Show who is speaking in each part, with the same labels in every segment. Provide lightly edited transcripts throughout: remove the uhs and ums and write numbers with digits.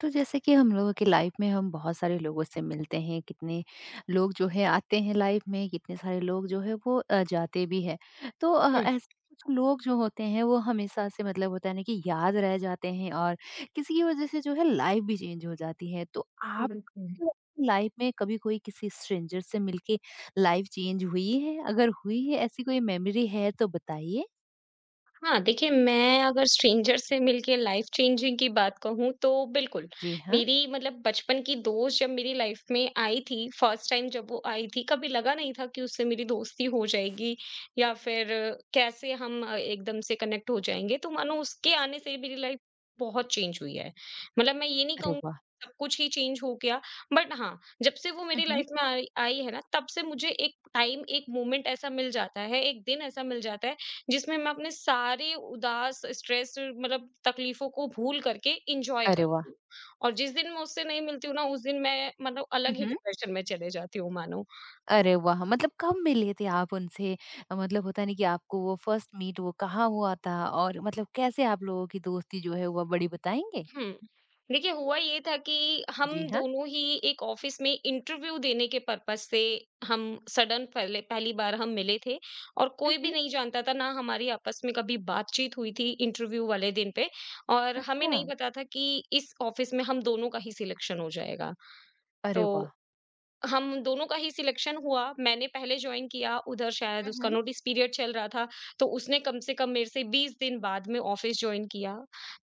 Speaker 1: तो जैसे कि हम लोगों की लाइफ में हम बहुत सारे लोगों से मिलते हैं। कितने लोग जो है आते हैं लाइफ में, कितने सारे लोग जो है वो जाते भी हैं। तो
Speaker 2: हुँ।
Speaker 1: ऐसे कुछ लोग जो होते हैं वो हमेशा से मतलब होता है ना कि याद रह जाते हैं, और किसी की वजह से जो है लाइफ भी चेंज हो जाती है। तो आप
Speaker 2: बिल्कुल।
Speaker 1: लाइफ में कभी कोई किसी स्ट्रेंजर से मिलके लाइफ चेंज हुई है, अगर हुई है ऐसी कोई मेमोरी है तो बताइए।
Speaker 2: हाँ, देखिए, मैं अगर स्ट्रेंजर से मिलके लाइफ़ चेंजिंग की बात कहूँ तो बिल्कुल,
Speaker 1: जी हाँ।
Speaker 2: मेरी मतलब बचपन की दोस्त जब मेरी लाइफ़ में आई थी, फर्स्ट टाइम जब वो आई थी, कभी लगा नहीं था कि उससे मेरी दोस्ती हो जाएगी या फिर कैसे हम एकदम से कनेक्ट हो जाएँगे। तो मानो उसके आने से मेरी लाइफ़ बहुत चेंज हुई है। मतलब मैं ये नहीं
Speaker 1: अरे
Speaker 2: कहूँगी
Speaker 1: वाह।
Speaker 2: सब कुछ ही चेंज हो गया, बट हाँ, जब से वो मेरी
Speaker 1: हम्म।
Speaker 2: लाइफ़ में आई आई है ना, तब से मुझे एक टाइम, एक मोमेंट ऐसा मिल जाता है, एक दिन ऐसा मिल जाता है जिसमें मैं अपने सारे उदास, स्ट्रेस मतलब तकलीफों को भूल करके एन्जॉय
Speaker 1: अरे
Speaker 2: करती हूँ। और जिस दिन मैं उससे नहीं मिलती हूँ ना, उस दिन मैं मतलब अलग ही
Speaker 1: वाह।
Speaker 2: डिप्रेशन में चले जाती हूँ मानो।
Speaker 1: अरे वाह! मतलब कब मिले थे आप उनसे? मतलब होता है ना कि आपको वो फर्स्ट मीट वो कहाँ हुआ था, और मतलब कैसे आप लोगों की दोस्ती जो है वो बढ़ी, बताएँगे?
Speaker 2: हुँ। देखिए, हुआ ये था कि हम
Speaker 1: जी हाँ।
Speaker 2: दोनों ही एक ऑफ़िस में इंटरव्यू देने के पर्पज़ से हम सडन पहले पहली बार हम मिले थे। और
Speaker 1: हुँ,
Speaker 2: कोई भी
Speaker 1: हुँ।
Speaker 2: नहीं जानता था, ना हमारी आपस में कभी बातचीत हुई थी इंटरव्यू वाले दिन पे। और हमें
Speaker 1: अच्छा।
Speaker 2: नहीं पता था कि इस ऑफ़िस में हम दोनों का ही सिलेक्शन हो जाएगा।
Speaker 1: अरे वाह!
Speaker 2: तो हम दोनों का ही सिलेक्शन हुआ। मैंने पहले जॉइन किया, उधर शायद
Speaker 1: हुँ,
Speaker 2: उसका
Speaker 1: हुँ।
Speaker 2: नोटिस पीरियड चल रहा था, तो उसने कम से कम मेरे से 20 दिन बाद में ऑफ़िस जॉइन किया।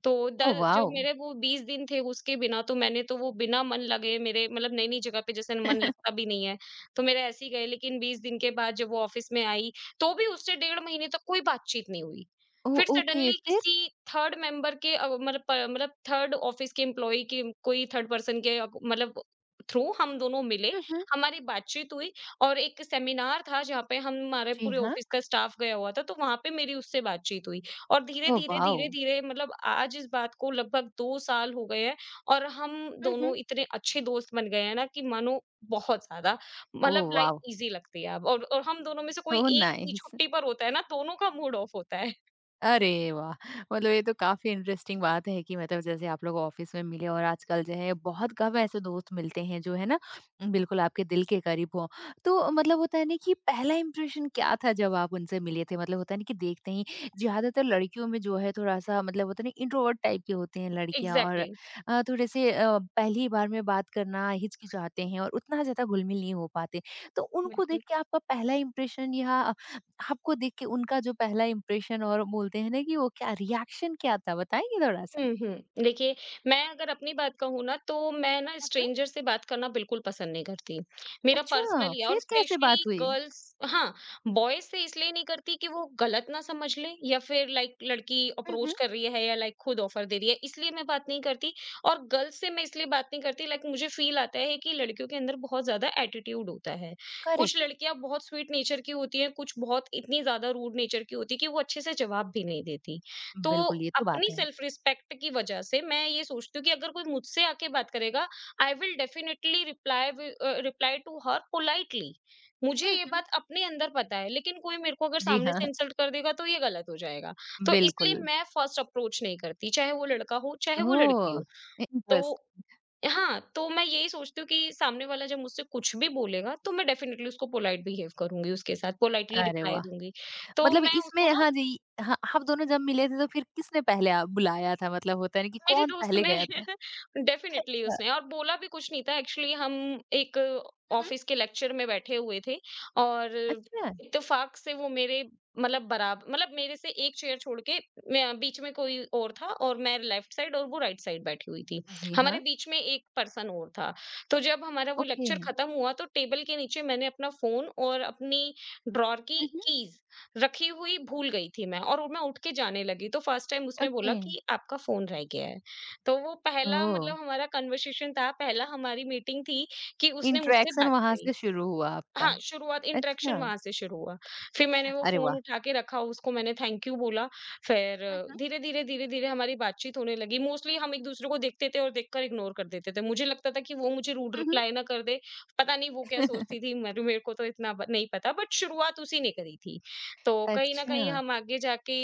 Speaker 2: तो द
Speaker 1: ओह
Speaker 2: जो
Speaker 1: वाओ!
Speaker 2: मेरे वो 20 दिन थे उसके बिना, तो मैंने तो वो बिना मन लगे, मेरे मतलब नई-नई जगह पे जैसे मन लगता भी नहीं है, तो मेरे ऐसे ही गए। लेकिन 20 दिन के बाद जब वो ऑफ़िस में आई, तो भी उससे 1.5 महीने तक कोई बातचीत नहीं हुई।
Speaker 1: ओ
Speaker 2: फिर
Speaker 1: ओके,
Speaker 2: सडनली
Speaker 1: फिर?
Speaker 2: किसी थर्ड मेंबर के अ, मतलब प मतलब थर्ड ऑफ़िस के एम्प्लॉयी के, कोई थर्ड पर्सन के मतलब थ्रू हम दोनों मिले,
Speaker 1: हुँ, हुँ।
Speaker 2: हमारी बातचीत हुई। और एक सेमिनार था जहाँ पे हम हमारे
Speaker 1: जी
Speaker 2: पूरे
Speaker 1: हाँ।
Speaker 2: ऑफिस का स्टाफ गया हुआ था, तो वहाँ पे मेरी उससे बातचीत हुई। और
Speaker 1: ओह
Speaker 2: धीरे-धीरे,
Speaker 1: वाओ!
Speaker 2: धीरे-धीरे मतलब आज इस बात को लगभग 2 साल हो गए हैं और हम
Speaker 1: हुँ,
Speaker 2: दोनों
Speaker 1: हुँ।
Speaker 2: इतने अच्छे दोस्त बन गए हैं ना कि मानो बहुत ज़्यादा मतलब
Speaker 1: ओह
Speaker 2: लाइफ
Speaker 1: वाओ!
Speaker 2: ईज़ी लगती है अब, और हम दोनों में से कोई
Speaker 1: सो
Speaker 2: एक भी
Speaker 1: नाइस।
Speaker 2: छुट्टी पर होता है ना, दोनों का मूड ऑफ होता है।
Speaker 1: अरे वाह! मतलब ये तो काफ़ी इंटरेस्टिंग बात है कि मतलब जैसे आप लोग ऑफ़िस में मिले, और आजकल जो है बहुत कम ऐसे दोस्त मिलते हैं जो है ना बिल्कुल आपके दिल के करीब हों। तो मतलब होता है ना कि पहला इंप्रेशन क्या था जब आप उनसे मिले थे? मतलब होता है ना कि देखते ही ज़्यादातर लड़कियों में जो है थोड़ा-सा मतलब होता है ना इंट्रोवर्ट टाइप की होती हैं लड़कियाँ, और
Speaker 2: एग्ज़ैक्टली।
Speaker 1: थोड़े से पहली बार में बात करना हिचकिचाते हैं और उतना ज़्यादा घुल-मिल नहीं हो पाते। तो उनको
Speaker 2: बिल्कुल।
Speaker 1: देख के आपका पहला इंप्रेशन, या आपको देख के उनका जो पहला इम्प्रेशन, और बोलते हैं ना कि वो क्या रिएक्शन क्या था, बताएंगे थोड़ा
Speaker 2: हुँ,
Speaker 1: सा?
Speaker 2: हुँ। देखिए, मैं अगर अपनी बात कहूँ ना, तो मैं ना
Speaker 1: हुँ।
Speaker 2: स्ट्रेंजर से बात करना बिल्कुल पसंद नहीं करती। मेरा
Speaker 1: अच्छा,
Speaker 2: पर्सनली, और
Speaker 1: फिर कैसे
Speaker 2: स्पेशली
Speaker 1: बात हुई?
Speaker 2: गर्ल्स, हाँ, बॉयज़ से इसलिए नहीं करती कि वो गलत ना समझ लें या फिर लाइक लड़की
Speaker 1: हुँ,
Speaker 2: अप्रोच
Speaker 1: हुँ।
Speaker 2: कर रही है या लाइक खुद ऑफ़र दे रही है, इसलिए मैं बात नहीं करती। और गर्ल्स से मैं इसलिए बात नहीं करती, लाइक मुझे फ़ील आता है कि लड़कियों के अंदर बहुत ज़्यादा एटीट्यूड होता है। कुछ
Speaker 1: करेक्ट,
Speaker 2: लड़कियाँ बहुत स्वीट नेचर की होती हैं, कुछ बहुत इतनी ज़्यादा रूड नेचर की होती है कि वो अच्छे से जवाब भी नहीं देती। तो
Speaker 1: बिल्कुल ये तो
Speaker 2: अपनी
Speaker 1: बात है।
Speaker 2: सेल्फ रिस्पेक्ट की वजह से मैं ये सोचती हूँ कि अगर कोई मुझसे आके बात करेगा, I will definitely reply reply to her politely. मुझे
Speaker 1: हुँ,
Speaker 2: ये
Speaker 1: हुँ।
Speaker 2: बात अपने अंदर पता है, लेकिन कोई मेरे को अगर
Speaker 1: जी
Speaker 2: सामने
Speaker 1: हाँ,
Speaker 2: से इंसल्ट कर देगा तो ये गलत हो जाएगा। तो इसलिए
Speaker 1: बिल्कुल।
Speaker 2: मैं फर्स्ट अप्रोच नहीं करती, चाहे वो लड़का हो चाहे वो लड़की
Speaker 1: ओह!
Speaker 2: हो। तो
Speaker 1: इंटरेस्ट।
Speaker 2: हाँ, तो मैं यही सोचती हूँ कि सामने वाला जब मुझसे कुछ भी बोलेगा तो मैं डेफिनेटली उसको पोलाइट बिहेव करूंगी, उसके साथ पोलाइटली
Speaker 1: अरे
Speaker 2: रिप्लाई
Speaker 1: वाह!
Speaker 2: दूंगी। तो
Speaker 1: मतलब
Speaker 2: मैं
Speaker 1: इसमें
Speaker 2: उसको ना,
Speaker 1: हाँ जी, हाँ, आप दोनों जब मिले थे तो फिर किसने पहले आ बुलाया था, मतलब होता है ना कि
Speaker 2: मेरी
Speaker 1: कौन
Speaker 2: दोस्त
Speaker 1: पहले
Speaker 2: ने
Speaker 1: गया था?
Speaker 2: डेफिनिटली
Speaker 1: अ,
Speaker 2: उसने, और बोला भी कुछ नहीं था एक्चुअली। हम एक
Speaker 1: हुँ, हुँ।
Speaker 2: ऑफिस के लेक्चर में बैठे हुए थे, और
Speaker 1: अच्छा,
Speaker 2: इत्तेफाक से वो मेरे मतलब बराबर मतलब मेरे से एक चेयर छोड़ के, मैं बीच में कोई और था, और मैं लेफ्ट साइड और वो राइट साइड बैठी हुई थी।
Speaker 1: जी
Speaker 2: हमारे
Speaker 1: हाँ,
Speaker 2: बीच में एक पर्सन और था। तो जब हमारा वो
Speaker 1: ओके,
Speaker 2: लेक्चर खत्म हुआ तो टेबल के नीचे मैंने अपना फोन और अपनी ड्रॉर की
Speaker 1: हुँ, हुँ।
Speaker 2: कीज रखी हुई भूल गई थी मैं, और मैं उठ के जाने लगी तो फर्स्ट टाइम उसने बोला
Speaker 1: ओके।
Speaker 2: कि आपका फोन रह गया है। तो वो पहला
Speaker 1: ओह!
Speaker 2: मतलब हमारा कन्वर्सेशन था, पहला हमारी मीटिंग थी कि उसने मुझसे
Speaker 1: इंटरैक्शन
Speaker 2: बात
Speaker 1: वहाँ
Speaker 2: करी।
Speaker 1: से शुरू हुआ आपका।
Speaker 2: हाँ, शुरुआत इंटरेक्शन
Speaker 1: अच्छा।
Speaker 2: वहाँ से शुरू हुआ। फिर मैंने वो
Speaker 1: अरे
Speaker 2: फ़ोन
Speaker 1: वाह!
Speaker 2: उठा के रखा, उसको मैंने थैंक यू बोला, फिर
Speaker 1: हुँ, हुँ।
Speaker 2: धीरे-धीरे, धीरे-धीरे हमारी बातचीत होने लगी। मोस्टली हम एक-दूसरे को देखते थे और देखकर इग्नोर कर देते थे। मुझे लगता था कि वो मुझे रूड
Speaker 1: हुँ, हुँ।
Speaker 2: रिप्लाई ना कर दे, पता नहीं वो क्या सोचती थी, मेरे मेरे को तो इतना ब नहीं पता, बट शुरुआत उसी ने करी थी। तो कहीं न
Speaker 1: अच्छा।
Speaker 2: कहीं हम आगे जाके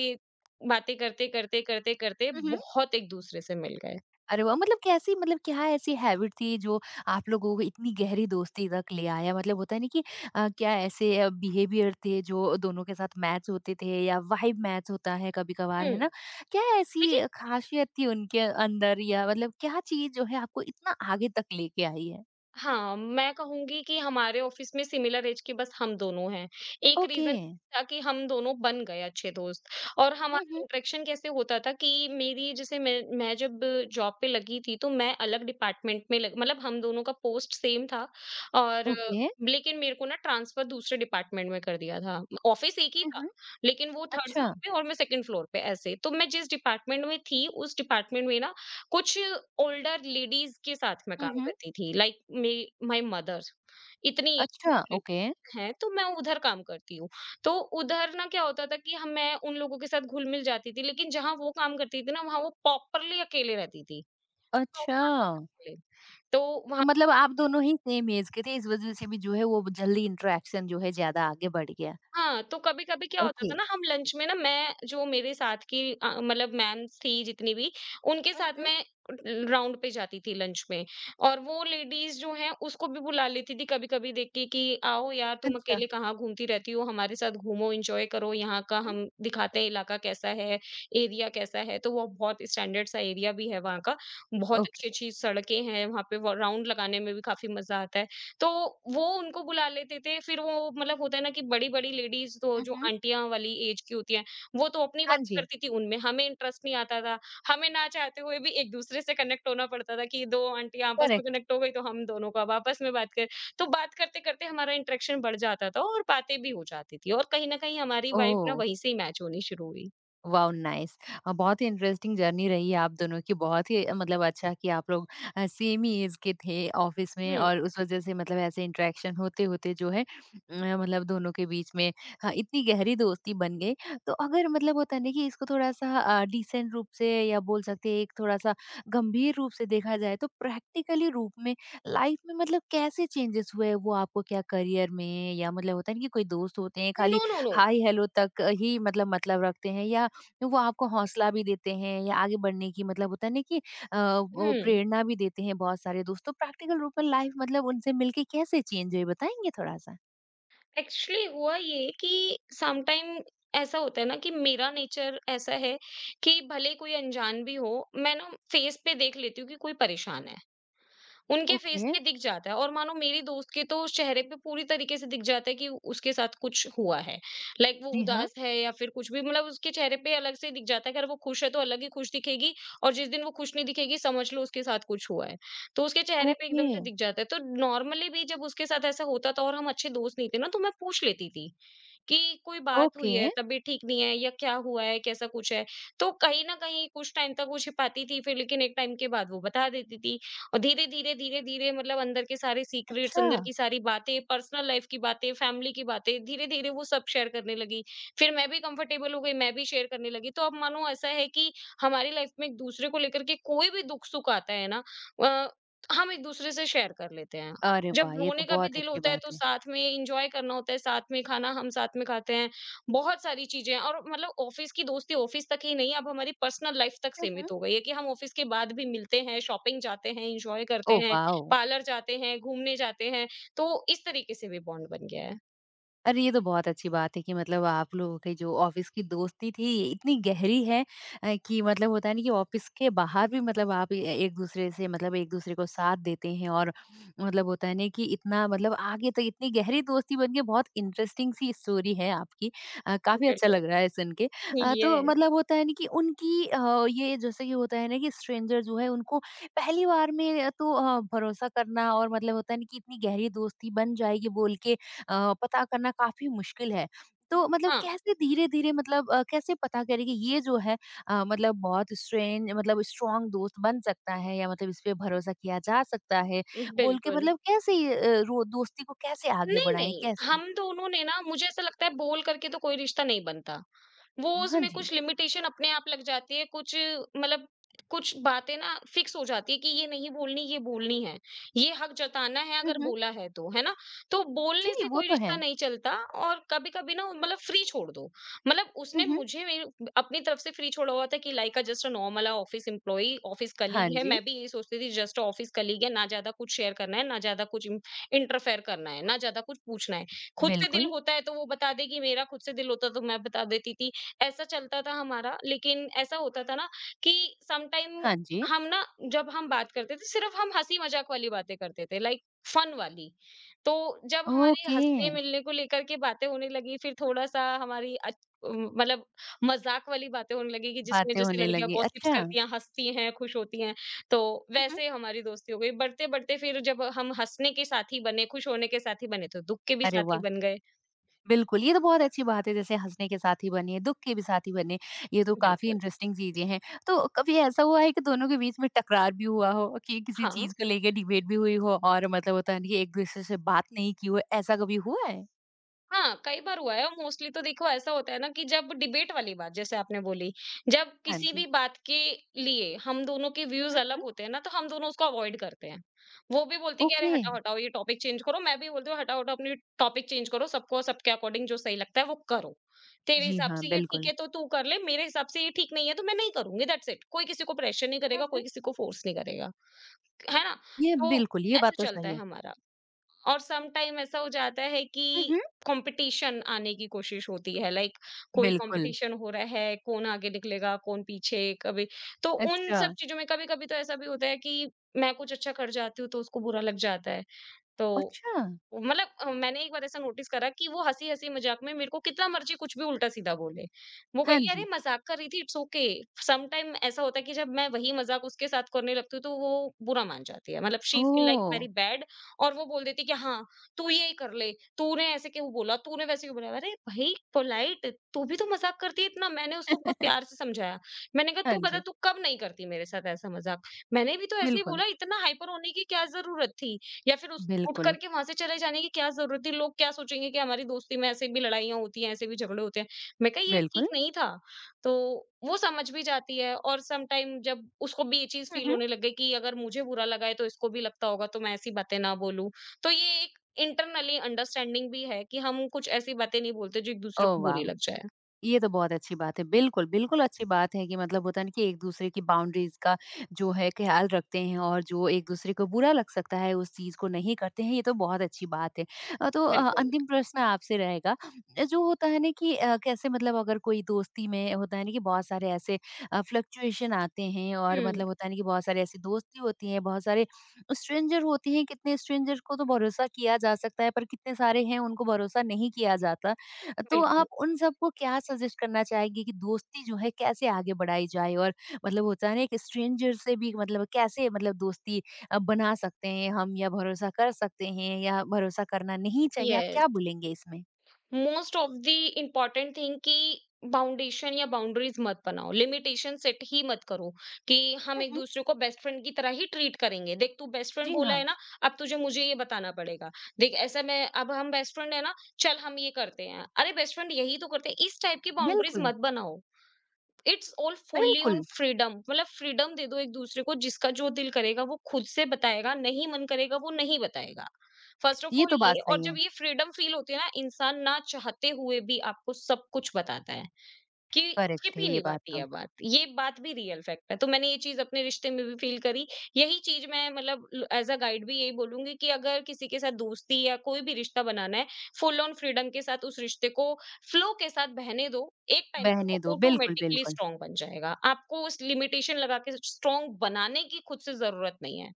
Speaker 2: बातें करते, करते, करते, करते
Speaker 1: हुँ, हुँ।
Speaker 2: बहुत एक-दूसरे से मिल गए।
Speaker 1: अरे वाह! मतलब कैसी मतलब क्या ऐसी हैबिट थी जो आप लोगों को इतनी गहरी दोस्ती तक ले आया? मतलब होता है ना कि क्या ऐसे बिहेवियर थे जो दोनों के साथ मैच होते थे, या वाइब मैच होता है कभी-कभार, है
Speaker 2: हुँ।
Speaker 1: ना? क्या
Speaker 2: देखिए,
Speaker 1: ऐसी खासियत थी उनके अंदर, या मतलब क्या चीज़ जो है आपको इतना आगे तक लेके आई है?
Speaker 2: हाँ, मैं कहूँगी कि हमारे ऑफ़िस में सिमिलर ऐज के बस हम दोनों हैं। एक
Speaker 1: ओके।
Speaker 2: रीज़न था कि हम दोनों बन गए अच्छे दोस्त, और
Speaker 1: हुँ,
Speaker 2: हमारा
Speaker 1: हुँ।
Speaker 2: इंटरेक्शन कैसे होता था कि मेरी जैसे मैं जब जॉब पे लगी थी, तो मैं अलग डिपार्टमेंट में लग मतलब हम दोनों का पोस्ट सेम था, और
Speaker 1: ओके।
Speaker 2: लेकिन मेरे को ना ट्रांसफ़र दूसरे डिपार्टमेंट में कर दिया था। ऑफ़िस एक ही
Speaker 1: हुँ,
Speaker 2: था,
Speaker 1: हुँ।
Speaker 2: लेकिन वो 3rd
Speaker 1: अच्छा।
Speaker 2: फ्लोर पे और मैं 2nd फ्लोर पे ऐसे। तो मैं जिस डिपार्टमेंट में थी, उस डिपार्टमेंट में ना कुछ ओल्डर लेडीज़ के साथ मैं
Speaker 1: हुँ,
Speaker 2: काम
Speaker 1: हुँ।
Speaker 2: करती थी, लाइक मेरी माय मदर इतनी एज की
Speaker 1: अच्छा,
Speaker 2: लेडी
Speaker 1: ओके।
Speaker 2: हैं, तो मैं उधर काम करती हूँ। तो उधर ना क्या होता था कि हम मैं उन लोगों के साथ घुल-मिल जाती थी, लेकिन जहाँ वो काम करती थी ना वहाँ वो प्रॉपरली अकेले रहती थी।
Speaker 1: अच्छा।
Speaker 2: प्रॉपरली। तो वहाँ,
Speaker 1: तो मतलब आप दोनों ही सेम एज के थे, इस वज़ह से भी जो है वो जल्दी इंटरेक्शन जो है ज़्यादा आगे बढ़ गया।
Speaker 2: हाँ, तो कभी-कभी क्या होता
Speaker 1: ओके।
Speaker 2: था ना, हम लंच में ना, मैं जो मेरे साथ की मतलब मैम्स थी जितनी भी, उनके
Speaker 1: हुँ,
Speaker 2: साथ
Speaker 1: हुँ।
Speaker 2: मैं राउंड पे जाती थी लंच में, और वो लेडीज़ जो हैं उसको भी बुला लेती थी कभी-कभी देख के कि आओ यार, तुम
Speaker 1: अच्छा।
Speaker 2: अकेले कहाँ घूमती रहती हो, हमारे साथ घूमो, एन्जॉय करो, यहाँ का
Speaker 1: हुँ,
Speaker 2: हम दिखाते हैं इलाका कैसा है, एरिया कैसा है। तो वो बहुत स्टैंडर्ड सा एरिया भी है वहाँ का, बहुत
Speaker 1: ओके।
Speaker 2: अच्छी-अच्छी सड़कें हैं, वहाँ पे व राउंड लगाने में भी काफ़ी मज़ा आता है। तो वो उनको बुला लेते थे, फिर वो मतलब होता है ना कि बड़ी-बड़ी लेडीज़ तो
Speaker 1: हुँ,
Speaker 2: जो
Speaker 1: हुँ।
Speaker 2: आंटियाँ वाली एज की होती हैं, वो तो अपनी
Speaker 1: हाँ
Speaker 2: बातें
Speaker 1: जी,
Speaker 2: करती थी, उनमें हमें इंटरेस्ट नहीं आता था। हमें ना चाहते हुए भी एक-दूसरे से कनेक्ट होना पड़ता था कि 2 आंटियाँ आपस में
Speaker 1: करेक्ट।
Speaker 2: कनेक्ट हो गई, तो हम दोनों को अब आपस में बात करें। तो बात करते-करते हमारा इंटरेक्शन बढ़ जाता था और बातें भी हो जाती थी और कहीं न कहीं हमारी वाइब ना
Speaker 1: ओह!
Speaker 2: वहीं से ही मैच होनी शुरू हुई।
Speaker 1: Wow nice. बहुत ही इंटरेस्टिंग जर्नी रही है आप दोनों की, बहुत ही मतलब अच्छा कि आप लोग सेम ही एज के थे ऑफिस में,
Speaker 2: हुँ।
Speaker 1: और उस वजह से मतलब ऐसे इंटरेक्शन होते होते जो है मतलब दोनों के बीच में हाँ, इतनी गहरी दोस्ती बन गई। तो अगर मतलब होता है ना कि इसको थोड़ा सा डिसेंट रूप से, या बोल सकते हैं एक थोड़ा सा गंभीर रूप से देखा जाए तो प्रैक्टिकली रूप में लाइफ में मतलब कैसे चेंजेस हुए, वो आपको क्या करियर में, या मतलब होता है ना कि कोई दोस्त होते हैं
Speaker 2: नो,
Speaker 1: खाली
Speaker 2: नो, नो।
Speaker 1: हाय हेलो तक ही मतलब रखते हैं, या वो आपको हौसला भी देते हैं, या आगे बढ़ने की मतलब होता है ना कि वो
Speaker 2: हुँ।
Speaker 1: प्रेरणा भी देते हैं बहुत सारे दोस्तों, प्रैक्टिकल रूप में लाइफ मतलब उनसे मिलके कैसे चेंज हुई, बताएंगे थोड़ा सा।
Speaker 2: एक्चुअली हुआ ये कि समटाइम ऐसा होता है ना कि मेरा नेचर ऐसा है कि भले कोई अनजान भी हो मैं ना फेस पे देख लेती हूँ कि कोई परेशान है, उनके फेस
Speaker 1: ओके।
Speaker 2: पे दिख जाता है, और मानो मेरी दोस्त के तो चेहरे पे पूरी तरीके से दिख जाता है कि उसके साथ कुछ हुआ है, लाइक वो
Speaker 1: जी हाँ।
Speaker 2: उदास है या फिर कुछ भी मतलब उसके चेहरे पे अलग से दिख जाता है। अगर वो खुश है तो अलग ही खुश दिखेगी, और जिस दिन वो खुश नहीं दिखेगी समझ लो उसके साथ कुछ हुआ है, तो उसके चेहरे पे
Speaker 1: ओके।
Speaker 2: एकदम से दिख जाता है। तो नॉर्मली भी जब उसके साथ ऐसा होता था और हम अच्छे दोस्त नहीं थे ना, तो मैं पूछ लेती थी कि कोई बात हुई
Speaker 1: ओके।
Speaker 2: है, तबीयत ठीक नहीं है, या क्या हुआ है, कैसा कुछ है। तो कहीं न कहीं कुछ टाइम तक वो छिपाती थी फिर, लेकिन एक टाइम के बाद वो बता देती थी, और धीरे-धीरे, धीरे-धीरे मतलब अंदर के सारे सीक्रेट्स,
Speaker 1: अच्छा।
Speaker 2: अंदर की सारी बातें, पर्सनल लाइफ़ की बातें, फैमिली की बातें, धीरे-धीरे वो सब शेयर करने लगी। फिर मैं भी कंफर्टेबल हो गई, मैं भी शेयर करने लगी। तो अब मानो ऐसा है कि हमारी लाइफ़ में एक-दूसरे को लेकर के कोई भी दुःख-सुख आता है ना, अ, हम एक-दूसरे से शेयर कर लेते हैं।
Speaker 1: अरे
Speaker 2: जब
Speaker 1: वाह, ये तो
Speaker 2: रोने का भी
Speaker 1: बहुत
Speaker 2: दिल
Speaker 1: अच्छी
Speaker 2: होता है तो
Speaker 1: बात है।
Speaker 2: साथ में एन्जॉय करना होता है, साथ में खाना, हम साथ में खाते हैं, बहुत सारी चीज़ें, और मतलब ऑफ़िस की दोस्ती ऑफ़िस तक ही नहीं, अब हमारी पर्सनल लाइफ़ तक
Speaker 1: हम्म।
Speaker 2: सीमित हो गई है कि हम ऑफ़िस के बाद भी मिलते हैं, शॉपिंग जाते हैं, एन्जॉय करते
Speaker 1: ओह
Speaker 2: हैं,
Speaker 1: वाह।
Speaker 2: पार्लर जाते हैं, घूमने जाते हैं, तो इस तरीके से भी बॉन्ड बन गया है।
Speaker 1: अरे! ये तो बहुत अच्छी बात है कि मतलब आप लोगों की जो ऑफ़िस की दोस्ती थी ये इतनी गहरी है कि मतलब होता है ना कि ऑफ़िस के बाहर भी मतलब आप ए एक-दूसरे से मतलब एक-दूसरे को साथ देते हैं, और मतलब होता है ना कि इतना मतलब आगे तक इतनी गहरी दोस्ती बन के बहुत इंटरेस्टिंग सी स्टोरी है आपकी। काफ़ी अच्छा
Speaker 2: बिल्कुल।
Speaker 1: लग रहा है सुन के। तो
Speaker 2: यस।
Speaker 1: मतलब होता है ना कि उनकी ये जैसे कि होता है ना कि स्ट्रेंजर जो है उनको पहली बार में तो भरोसा करना, और मतलब होता है ना कि इतनी गहरी दोस्ती बन जाएगी बोल के पता करना काफ़ी मुश्किल है। तो मतलब
Speaker 2: हाँ,
Speaker 1: कैसे धीरे-धीरे मतलब कैसे पता करें कि ये जो है मतलब बहुत स्ट्रेन मतलब स्ट्रॉन्ग दोस्त बन सकता है, या मतलब इस पे भरोसा किया जा सकता है, बोल के
Speaker 2: बिल्कुल।
Speaker 1: मतलब कैसे ये रो दोस्ती को कैसे आगे
Speaker 2: नहीं,
Speaker 1: बढ़ाएँ?
Speaker 2: नहीं,
Speaker 1: कैसे?
Speaker 2: हम दोनों ने ना, मुझे ऐसा लगता है बोल करके तो कोई रिश्ता नहीं बनता। वो
Speaker 1: हाँ
Speaker 2: उसमें
Speaker 1: जी।
Speaker 2: कुछ लिमिटेशन अपने आप लग जाती है, कुछ मतलब कुछ बातें ना फिक्स हो जाती है कि ये नहीं बोलनी ये बोलनी है, ये हक जताना है
Speaker 1: हुँ,
Speaker 2: अगर
Speaker 1: हुँ।
Speaker 2: बोला है तो, है ना। तो बोलने
Speaker 1: जी,
Speaker 2: से
Speaker 1: वो
Speaker 2: कोई
Speaker 1: तो है।
Speaker 2: रिश्ता नहीं चलता, और कभी कभी ना मतलब फ्री छोड़ दो मतलब
Speaker 1: हुँ,
Speaker 2: उसने
Speaker 1: हुँ।
Speaker 2: मुझे अपनी तरफ से फ्री छोड़ा हुआ था कि like uh just uh normal office employee office
Speaker 1: हाँ
Speaker 2: कलीग है।
Speaker 1: जी,
Speaker 2: मैं भी यही सोचती थी जस्ट ऑफिस कलीग है, ना ज्यादा कुछ शेयर करना है, ना ज्यादा कुछ इंटरफेयर करना है, ना ज्यादा कुछ पूछना है। खुद से दिल
Speaker 1: बिल्कुल।
Speaker 2: होता है तो वो बता देगी, मेरा खुद से दिल होता तो मैं बता देती थी। ऐसा चलता था हमारा, लेकिन ऐसा होता था ना कि सम टाइम
Speaker 1: हाँ जी।
Speaker 2: हम ना, जब हम बात करते थे सिर्फ़ हम हँसी-मज़ाक वाली बातें करते थे, लाइक फन वाली। तो जब हमारी
Speaker 1: ओके,
Speaker 2: हँसने-मिलने को लेकर के बातें होने लगी, फिर थोड़ा-सा हमारी मतलब मज़ाक वाली बातें होने लगी कि जिसमें
Speaker 1: बातें
Speaker 2: जैसे
Speaker 1: होने
Speaker 2: लड़कियाँ
Speaker 1: लगी।
Speaker 2: गॉसिप्स
Speaker 1: अच्छा।
Speaker 2: करती हैं, हँसती हैं, खुश होती हैं, तो
Speaker 1: हुँ, हुँ।
Speaker 2: वैसे हमारी दोस्ती हो गई। बढ़ते-बढ़ते फिर जब हम हँसने के साथी बने, खुश होने के साथी बने, तो दुःख के भी
Speaker 1: अरे
Speaker 2: साथी
Speaker 1: वाह!
Speaker 2: बन गए।
Speaker 1: बिल्कुल, ये तो बहुत अच्छी बात है, जैसे हँसने के साथी बने, दुःख के भी साथी बने, ये तो काफ़ी
Speaker 2: बिल्कुल।
Speaker 1: इंटरेस्टिंग चीज़ें हैं। तो कभी ऐसा हुआ है कि दोनों के बीच में टकरार भी हुआ हो कि किसी
Speaker 2: हाँ।
Speaker 1: चीज़ को लेके डिबेट भी हुई हो, और मतलब होता है ना कि एक-दूसरे से बात नहीं की हो, ऐसा कभी हुआ है?
Speaker 2: हाँ, कई बार हुआ है, और मोस्टली तो देखो ऐसा होता है ना कि जब डिबेट वाली बात जैसे आपने बोली, जब
Speaker 1: हाँ
Speaker 2: किसी
Speaker 1: जी।
Speaker 2: भी बात के लिए हम दोनों के व्यूज़
Speaker 1: हुँ,
Speaker 2: अलग
Speaker 1: हुँ।
Speaker 2: होते हैं ना, तो हम दोनों उसको अवॉइड करते हैं। वो भी बोलती है कि अरे
Speaker 1: ओके।
Speaker 2: हटाओ, हटाओ, ये टॉपिक चेंज करो, मैं भी बोलती हूँ हटाओ, हटाओ, अपनी टॉपिक चेंज करो, सबको सबके अकॉर्डिंग जो सही लगता है वो करो। तेरे
Speaker 1: जी
Speaker 2: हिसाब
Speaker 1: हाँ,
Speaker 2: से ये ठीक
Speaker 1: बिल्कुल।
Speaker 2: है तो तू कर ले, मेरे हिसाब से ये ठीक नहीं है तो मैं नहीं करूँगी, दैट्स इट। कोई किसी को प्रेशर नहीं
Speaker 1: हुँ,
Speaker 2: करेगा,
Speaker 1: हुँ।
Speaker 2: कोई किसी को फ़ोर्स नहीं करेगा, है ना?
Speaker 1: ये
Speaker 2: तो
Speaker 1: बिल्कुल, ये
Speaker 2: ऐसे
Speaker 1: बात तो
Speaker 2: चलता
Speaker 1: सही
Speaker 2: है
Speaker 1: है।
Speaker 2: हमारा। और सम टाइम ऐसा हो जाता है कि
Speaker 1: हुँ, हुँ।
Speaker 2: कंपटीशन आने की कोशिश होती है, लाइक कोई
Speaker 1: बिल्कुल।
Speaker 2: कंपटीशन हो रहा है, कौन आगे निकलेगा कौन पीछे। कभी तो उन
Speaker 1: अच्छा,
Speaker 2: सब चीजों में कभी कभी तो ऐसा भी होता है कि मैं कुछ अच्छा कर जाती हूँ तो उसको बुरा लग जाता है। तो
Speaker 1: अच्छा!
Speaker 2: मतलब मैंने एक बार ऐसा नोटिस करा कि वो हँसी-हँसी मज़ाक में मेरे को कितना मर्ज़ी कुछ भी उल्टा-सीधा बोले। वो
Speaker 1: हाँ
Speaker 2: कहेगी अरे
Speaker 1: जी।
Speaker 2: मज़ाक कर रही थी, इट्स ओके। सम टाइम ऐसा होता है कि जब मैं वही मज़ाक उसके साथ करने लगती हूँ तो वो बुरा मान जाती है। मतलब she feel like
Speaker 1: oh!
Speaker 2: Very bad, और वो बोल देती है कि हाँ, तू ये कर ले, तूने ऐसे क्यों बोला, तूने वैसे क्यों बोला। अरे भाई पोलाइट, तू भी तो मज़ाक करती है इतना। मैंने उसको बहुत प्यार से समझाया। मैंने कहा
Speaker 1: हाँ
Speaker 2: तू बता
Speaker 1: जी,
Speaker 2: तू कब नहीं करती मेरे साथ ऐसा मज़ाक। मैंने भी तो ऐसे ही
Speaker 1: बिल्कुल,
Speaker 2: बोला, इतना हाइपर होने की क्या ज़रूरत थी। या फिर उस उठ
Speaker 1: बिल्कुल,
Speaker 2: करके वहां से चले जाने की क्या जरूरत थी, लोग क्या सोचेंगे कि हमारी दोस्ती में ऐसे भी लड़ाइयाँ होती हैं, ऐसे भी झगड़े होते हैं। मैं कहा ये ठीक
Speaker 1: बिल्कुल।
Speaker 2: नहीं था। तो वो समझ भी जाती है, और सम टाइम जब उसको भी ये चीज
Speaker 1: हुँ,
Speaker 2: फील
Speaker 1: हुँ।
Speaker 2: होने लग गई कि अगर मुझे बुरा लगा है तो इसको भी लगता होगा, तो मैं ऐसी बातें ना बोलूं। तो ये एक इंटरनली अंडरस्टैंडिंग भी है कि हम कुछ ऐसी बातें नहीं बोलते जो एक दूसरे
Speaker 1: ओह
Speaker 2: को बुरी
Speaker 1: वाह!
Speaker 2: लग जाए।
Speaker 1: ये तो बहुत अच्छी बात है। बिल्कुल, बिल्कुल अच्छी बात है कि मतलब होता है ना कि एक-दूसरे की बाउंड्रीज़ का जो है ख़्याल रखते हैं, और जो एक-दूसरे को बुरा लग सकता है उस चीज़ को नहीं करते हैं, ये तो बहुत अच्छी बात है। तो
Speaker 2: बिल्कुल।
Speaker 1: अंतिम प्रश्न आपसे रहेगा जो होता है ना कि कैसे मतलब अगर कोई दोस्ती में होता है ना कि बहुत सारे ऐसे फ्लक्चुएशन आते हैं, और
Speaker 2: हम्म।
Speaker 1: मतलब होता है ना कि बहुत सारे ऐसी दोस्ती होती है, बहुत सारे स्ट्रेंजर होते हैं, कितने स्ट्रेंजर को तो भरोसा किया जा सकता है, पर कितने सारे हैं उनको भरोसा नहीं किया जाता। तो
Speaker 2: बिल्कुल।
Speaker 1: आप उन सबको क्या सजेस्ट करना चाहेंगे कि दोस्ती जो है कैसे आगे बढ़ाई जाए, और मतलब होता है ना एक स्ट्रेंजर से भी मतलब कैसे मतलब दोस्ती बना सकते हैं हम, या भरोसा कर सकते हैं, या भरोसा करना नहीं चाहिए, आप
Speaker 2: यस,
Speaker 1: क्या बोलेंगे इसमें?
Speaker 2: Most of the important thing कि बाउंडेशन या बाउंड्रीज मत बनाओ, लिमिटेशन सेट ही मत करो कि हम एक
Speaker 1: हम्म,
Speaker 2: दूसरे को बेस्ट फ्रेंड की तरह ही ट्रीट करेंगे। देख तू बेस्ट फ्रेंड
Speaker 1: जी
Speaker 2: बोला
Speaker 1: हाँ।
Speaker 2: है ना, अब तुझे मुझे ये बताना पड़ेगा, देख ऐसा। मैं अब हम बेस्ट फ्रेंड है ना, चल हम ये करते हैं, अरे बेस्ट फ्रेंड यही तो करते हैं, इस टाइप की बाउंड्रीज
Speaker 1: बिल्कुल
Speaker 2: मत बनाओ। इट्स ऑल फुल्ली ऑन
Speaker 1: बिल्कुल,
Speaker 2: फ्रीडम, मतलब फ्रीडम दे दो एक दूसरे को, जिसका जो दिल करेगा वो खुद से बताएगा, नहीं मन करेगा वो नहीं बताएगा। फर्स्ट ऑफ
Speaker 1: ये
Speaker 2: ऑल
Speaker 1: तो बात
Speaker 2: ये, और
Speaker 1: सही है।
Speaker 2: जब ये फ्रीडम फील होती है ना, इंसान ना चाहते हुए भी आपको सब कुछ बताता है कि चिप
Speaker 1: करेक्ट है
Speaker 2: ही
Speaker 1: ये
Speaker 2: नहीं
Speaker 1: बात
Speaker 2: पाती है
Speaker 1: तो।
Speaker 2: बात, ये बात भी रियल फैक्ट है। तो मैंने ये चीज़ अपने रिश्ते में भी फील करी। यही चीज़ मैं मतलब ल एज़ अ गाइड भी यही बोलूँगी कि अगर किसी के साथ दोस्ती या कोई भी रिश्ता बनाना है, फुल ऑन फ्रीडम के साथ उस रिश्ते को फ्लो के साथ बहने दो। एक टाइम पर
Speaker 1: बहने
Speaker 2: वो
Speaker 1: दो, बिल्कुल
Speaker 2: ऑटोमैटिकली
Speaker 1: बिल्कुल।
Speaker 2: स्ट्रॉन्ग बन जाएगा। आपको उस लिमिटेशन लगा के स्ट्रॉन्ग बनाने की खुद से ज़रूरत नहीं है,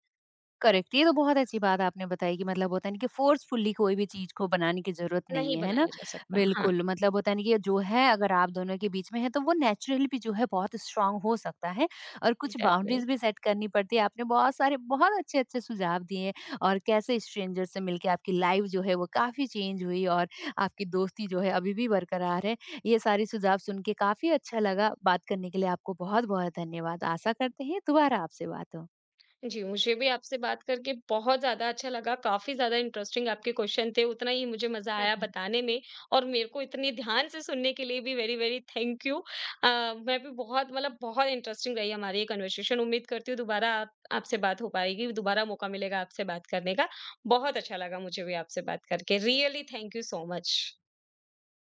Speaker 1: करेक्ट, ये तो बहुत अच्छी बात आपने बताई कि मतलब होता है ना कि फोर्सफुली कोई भी चीज़ को बनाने की ज़रूरत नहीं
Speaker 2: नहीं
Speaker 1: है, है ना?
Speaker 2: बनाया जा सकता। हाँ,
Speaker 1: बिल्कुल, मतलब होता है ना कि जो है अगर आप दोनों के बीच में है तो वो नेचुरली भी जो है बहुत स्ट्रॉन्ग हो सकता है, और कुछ
Speaker 2: एग्ज़ैक्टली।
Speaker 1: बाउंड्रीज़ भी सेट करनी पड़ती है। आपने बहुत सारे बहुत अच्छे-अच्छे सुझाव दिए, और कैसे स्ट्रेंजर से मिलके आपकी लाइफ जो है वो काफ़ी चेंज हुई, और आपकी दोस्ती जो है अभी भी बरकरार है। ये सारे सुझाव सुन के काफ़ी अच्छा लगा, बात करने के लिए आपको बहुत-बहुत धन्यवाद। आशा करते हैं दोबारा आपसे बात हो।
Speaker 2: जी, मुझे भी आपसे बात करके बहुत ज़्यादा अच्छा लगा। काफ़ी ज़्यादा इंटरेस्टिंग आपके क्वेश्चन थे, उतना ही मुझे मज़ा आया बताने में और मेरे को इतने ध्यान से सुनने के लिए भी वेरी, वेरी थैंक यू। मैं भी बहुत बहुत इंटरेस्टिंग रही हमारी ये कन्वर्सेशन। उम्मीद करती हूँ दोबारा आप आपसे बात हो पाएगी, दोबारा मौका मिलेगा आपसे बात करने का। बहुत अच्छा लगा मुझे भी आपसे बात करके। Really thank you so much.